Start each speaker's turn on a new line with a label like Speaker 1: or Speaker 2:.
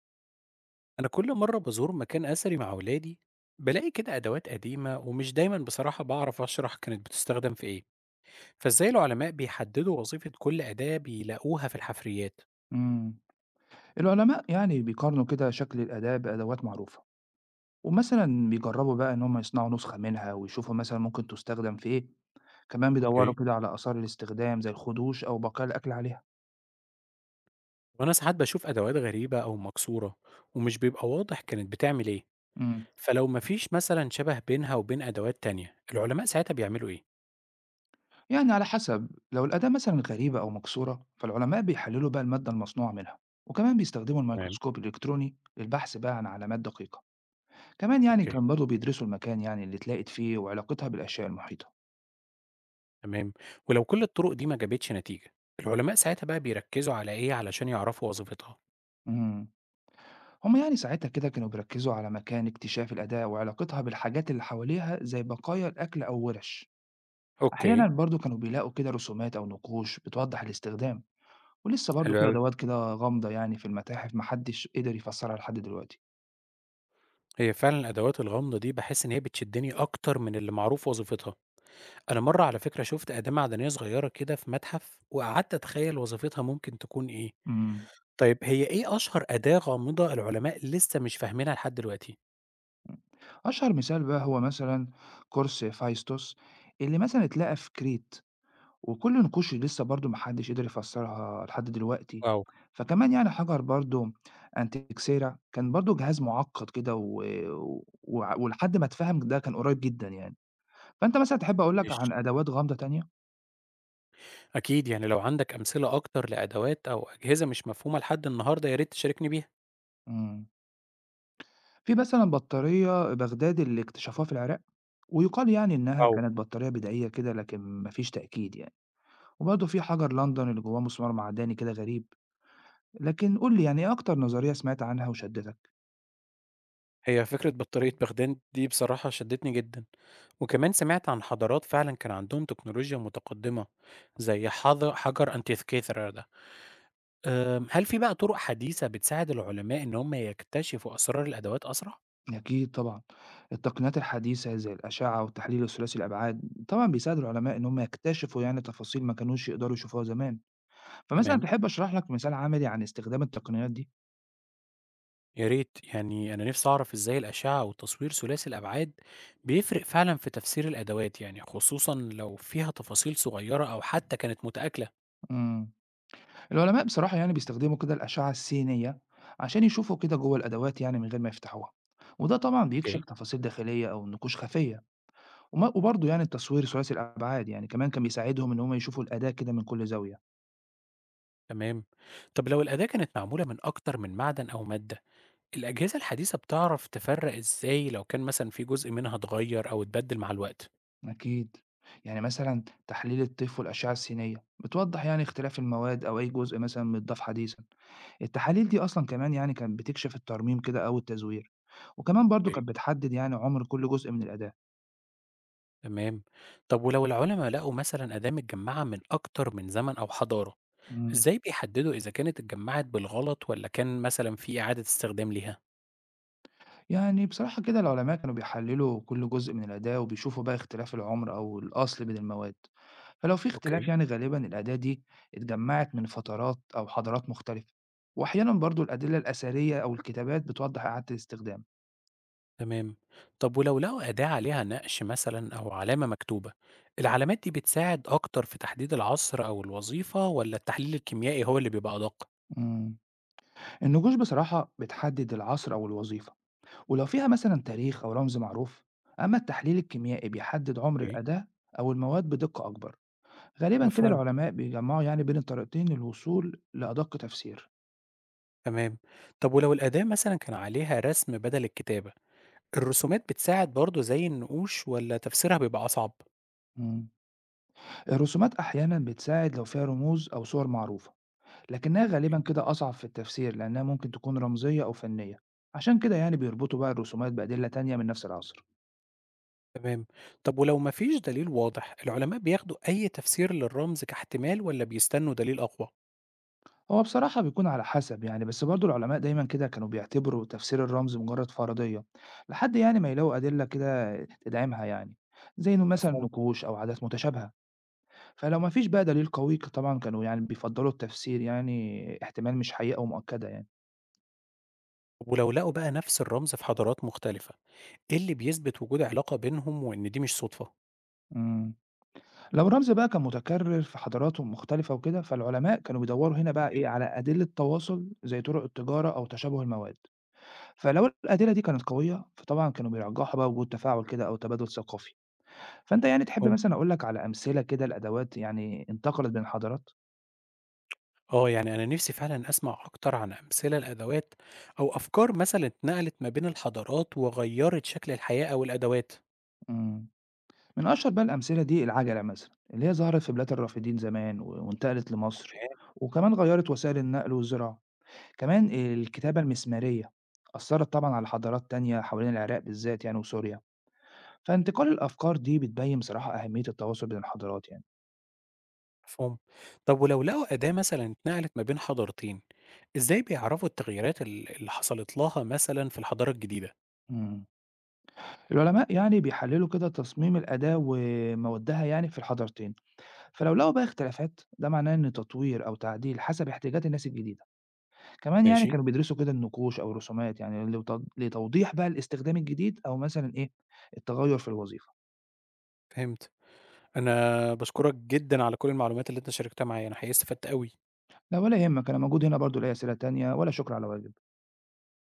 Speaker 1: أنا كل مرة بازور مكان أثري مع ولادي بلاقي كده أدوات قديمة ومش دايما بصراحة بعرف أشرح كانت بتستخدم في إيه. فإزاي العلماء بيحددوا وظيفة كل أداة بيلاقوها في الحفريات؟
Speaker 2: إمم. العلماء يعني بيقارنوا كده شكل الأداة بأدوات معروفة، ومثلًا بيجربوا بقى إن هم يصنعوا نسخة منها ويشوفوا مثلًا ممكن تُستخدم في إيه، كمان بيدوّروا
Speaker 1: اوكي.
Speaker 2: كده على آثار الاستخدام زي الخدوش أو بقايا الأكل عليها.
Speaker 1: وأنا ساعات بشوف أدوات غريبة أو مكسورة ومش بيبقى واضح كانت بتعمل إيه.
Speaker 2: إمم.
Speaker 1: فلو مفيش مثلا شبه بينها وبين أدوات تانية العلماء ساعتها بيعملوا إيه؟
Speaker 2: يعني على حسب، لو الأداة مثلًا غريبة أو مكسورة، فالعلماء بيحللوا بقى المادة المصنوعة منها، وكمان بيستخدموا
Speaker 1: تمام.
Speaker 2: الميكروسكوب الإلكتروني للبحث بقى عن علامات دقيقة. كمان يعني
Speaker 1: اوكي.
Speaker 2: كان برضه بيدرسوا المكان يعني اللي اتلاقت فيه وعلاقتها بالأشياء المحيطة.
Speaker 1: تمام. ولو كل الطرق دي ما جابتش نتيجة العلماء ساعتها بقى بيركزوا على إيه علشان يعرفوا وظيفتها؟
Speaker 2: إمم. هم يعني ساعتها كده كانوا بيركزوا على مكان اكتشاف الأداة وعلاقتها بالحاجات اللي حواليها زي بقايا الأكل أو ورش.
Speaker 1: اوكي.
Speaker 2: أحيانا برضو كانوا بيلاقوا كده رسومات أو نقوش بتوضح الاستخدام. ولسه برضو
Speaker 1: حلو
Speaker 2: في
Speaker 1: أوي.
Speaker 2: أدوات كده غامضة يعني في المتاحف محدش قدر يفسرها لحد دلوقتي.
Speaker 1: هي فعلًا الأدوات الغامضة دي باحس إن هي بتشدني أكتر من اللي معروف وظيفتها، أنا مرّة على فكرة شُفت أداة معدنية صغيرة كده في متحف، وقعدت أتخيّل وظيفتها ممكن تكون إيه،
Speaker 2: امم
Speaker 1: طيب هي إيه أشهر أداة غامضة العلماء لسه مش فاهمينها لحد دلوقتي؟
Speaker 2: أشهر مثال بقى هو مثلا قرص فايستوس اللي مثلا اتلقى في كريت وكل نقوش لسه برضه ما حدش قدر يفسّرها لحد دلوقتي.
Speaker 1: واو!
Speaker 2: فكمان يعني حجر برضه أنتيكسيرا كان برضه جهاز معقّد كده و وع ولحد ما اتفهم ده كان قريب جدًا يعني. فأنت مثلًا تحب أقول لك
Speaker 1: ماشي،
Speaker 2: عن أدوات غامضة تانية؟
Speaker 1: أكيد يعني لو عندك أمثلة أكتر لأدوات أو أجهزة مش مفهومة لحد النهارده يا ريت تشاركني بيها.
Speaker 2: إمم، في مثلًا بطارية بغداد اللي اكتشفوها في العراق، ويُقال يعني إنها
Speaker 1: واو!
Speaker 2: كانت بطارية بدائية كده لكن ما فيش تأكيد يعني، وبرضه في حجر لندن اللي جواه مسمار معدني كده غريب، لكن قُل لي يعني إيه أكتر نظرية سمعت عنها وشدّتك؟
Speaker 1: هي فكرة بطارية بغداد دي بصراحة شدتني جدًا، وكمان سمعت عن حضارات فعلًا كان عندهم تكنولوجيا متقدمة زي حجر أنتيخيثرا ده، هل في بقى طرق حديثة بتساعد العلماء إن هم يكتشفوا أسرار الأدوات أسرع؟
Speaker 2: أكيد طبعًا. التقنيات الحديثة زي الأشعة والتحليل الثلاثي الأبعاد طبعًا بيساعد العلماء إن هم يكتشفوا يعني تفاصيل ما كانوش يقدروا يشوفوها زمان. فمثلًا
Speaker 1: تمام،
Speaker 2: تحب أشرح لك مثال عملي عن استخدام التقنيات دي؟
Speaker 1: يا ريت يعني أنا نفسي أعرف إزاي الأشعة والتصوير ثلاثي الأبعاد بيفرق فعلًا في تفسير الأدوات يعني، خصوصًا لو فيها تفاصيل صغيرة أو حتى كانت متآكلة.
Speaker 2: إمم. العلماء بصراحة يعني بيستخدموا كده الأشعة السينية عشان يشوفوا كده جوّه الأدوات يعني من غير ما يفتحوها. وده طبعًا
Speaker 1: أوكي،
Speaker 2: بيكشف تفاصيل داخلية أو نقوش خفية. وبرضه يعني التصوير ثلاثي الأبعاد يعني كمان كان بيساعدهم إن هم يشوفوا الأداة كده من كل زاوية.
Speaker 1: تمام، طب لو الأداة كانت معمولة من أكتر من معدن أو مادة الأجهزة الحديثة بتعرف تفرّق إزاي لو كان مثلًا في جزء منها اتغيّر أو اتبدّل مع الوقت؟
Speaker 2: أكيد. يعني مثلًا تحليل الطيف والأشعة السينية بتوضّح يعني اختلاف المواد أو أي جزء مثلًا متضاف حديثًا. التحاليل دي أصلًا كمان يعني كانت بتكشف الترميم كده أو التزوير، وكمان برضه
Speaker 1: أوكي.
Speaker 2: كانت بتحدد يعني عُمر كل جزء من الأداة.
Speaker 1: تمام، طب ولو العُلما لقوا مثلًا أداة متجمّعة من أكتر من زمن أو حضارة،
Speaker 2: إمم.
Speaker 1: إزاي بيحدّدوا إذا كانت اتجمّعت بالغلط والّا كان مثلًا في إعادة استخدام ليها؟
Speaker 2: يعني بصراحة كده العلماء كانوا بيحلّلوا كل جزء من الأداة وبيشوفوا بقى اختلاف العُمر أو الأصل بين المواد. فلو في اختلاف
Speaker 1: أوكي.
Speaker 2: يعني غالبًا الأداة دي اتجمّعت من فترات أو حضارات مختلفة، وأحيانًا برضه الأدلة الأثرية أو الكتابات بتوضّح إعادة الاستخدام.
Speaker 1: تمام، طب ولو لقوا أداة عليها نقش مثلًا أو علامة مكتوبة، العلامات دي بتساعد أكتر في تحديد العصر أو الوظيفة والّا التحليل الكيميائي هو اللي بيبقى أدق؟
Speaker 2: إمم. النجوش بصراحة بتحدد العصر أو الوظيفة ولو فيها مثلا تاريخ أو رمز معروف. أما التحليل الكيميائي بيحدد عمر
Speaker 1: أوكي.
Speaker 2: الأداة أو المواد بدقة أكبر. غالبا كده
Speaker 1: مفهوم.
Speaker 2: العلماء بيجمعوا يعني بين الطريقتين للوصول لأدق تفسير.
Speaker 1: تمام. طب ولو الأداة مثلًا كان عليها رسم بدل الكتابة، الرسومات بتساعد برضه زي النقوش والّا تفسيرها بيبقى أصعب؟
Speaker 2: مم. الرسومات أحيانا بتساعد لو فيها رموز أو صور معروفة لكنها غالبا كده أصعب في التفسير لأنها ممكن تكون رمزية أو فنية. عشان كده يعني بيربطوا بقى الرسومات بأدلة تانية من نفس العصر.
Speaker 1: تمام. طب ولو ما فيش دليل واضح، العلماء بياخدوا أي تفسير للرمز كاحتمال والّا بيستنوا دليل أقوى؟
Speaker 2: هو بصراحة بيكون على حسب يعني بس برضو العلماء دايما كده كانوا بيعتبروا تفسير الرمز مجرد فرضية لحد يعني ما يلاقوا أدلة كده تدعمها يعني زي إنه مثلا
Speaker 1: مفهوم.
Speaker 2: نقوش أو عادات متشابهة. فلو ما فيش بقى دليل قوي طبعا كانوا يعني بيفضلوا التفسير يعني احتمال مش حقيقة ومؤكدة يعني.
Speaker 1: طب ولو لقوا بقى نفس الرمز في حضارات مختلفة، إيه اللي بيثبت وجود علاقة بينهم وإن دي مش صدفة؟
Speaker 2: مم. لو الرمز بقى كان متكرر في حضارات مختلفة وكده فالعلماء كانوا بيدوروا هنا بقى
Speaker 1: أوكي.
Speaker 2: إيه على أدلة تواصل زي طرق التجارة أو تشابه المواد. فلو الأدلة دي كانت قوية فطبعا كانوا بيرجحوا بقى وجود تفاعل كده أو تبادل ثقافي. فأنت يعني تحب
Speaker 1: مفهوم.
Speaker 2: مثلًا أقول لك على أمثلة كده لأدوات يعني انتقلت بين الحضارات؟
Speaker 1: آه، يعني أنا نفسي فعلًا أسمع أكتر عن أمثلة لأدوات أو أفكار مثلًا اتنقلت ما بين الحضارات وغيّرت شكل الحياة أو الأدوات.
Speaker 2: إمم. من أشهر بقى الأمثلة دي العَجَلة مثلًا، اللي هي ظهرت في بلاد الرافدين زمان وانتقلت لمصر، وكمان غيّرت وسائل النقل والزراعة. كمان الكتابة المسمارية أثّرت طبعًا على حضارات تانية حوالين العراق بالذات يعني وسوريا، فانتقال الأفكار دي بتبيّن بصراحة أهمية التواصل بين الحضارات يعني.
Speaker 1: مفهوم. طب ولو لقوا أداة مثلًا اتنقلت ما بين حضارتين، إزاي بيعرفوا التغييرات اللي حصلت لها مثلًا في الحضارة الجديدة؟
Speaker 2: إمم. العلماء يعني بيحلّلوا كده تصميم الأداة وموادها يعني في الحضارتين. فلو لقوا بقى اختلافات ده معناه إن تطوير أو تعديل حسب احتياجات الناس الجديدة، كمان يعني
Speaker 1: ماشي.
Speaker 2: كانوا بيدرسوا كده النقوش أو الرسومات يعني لتوضيح بقى الاستخدام الجديد أو مثلا إيه التغير في الوظيفة.
Speaker 1: فهمت. أنا باشكرك جدًا على كل المعلومات اللي أنت شاركتها معايا، أنا حقيقي استفدت أوي.
Speaker 2: لا ولا يهمك أنا موجود هنا برضو لأي أسئلة تانية ولا شكر على واجب.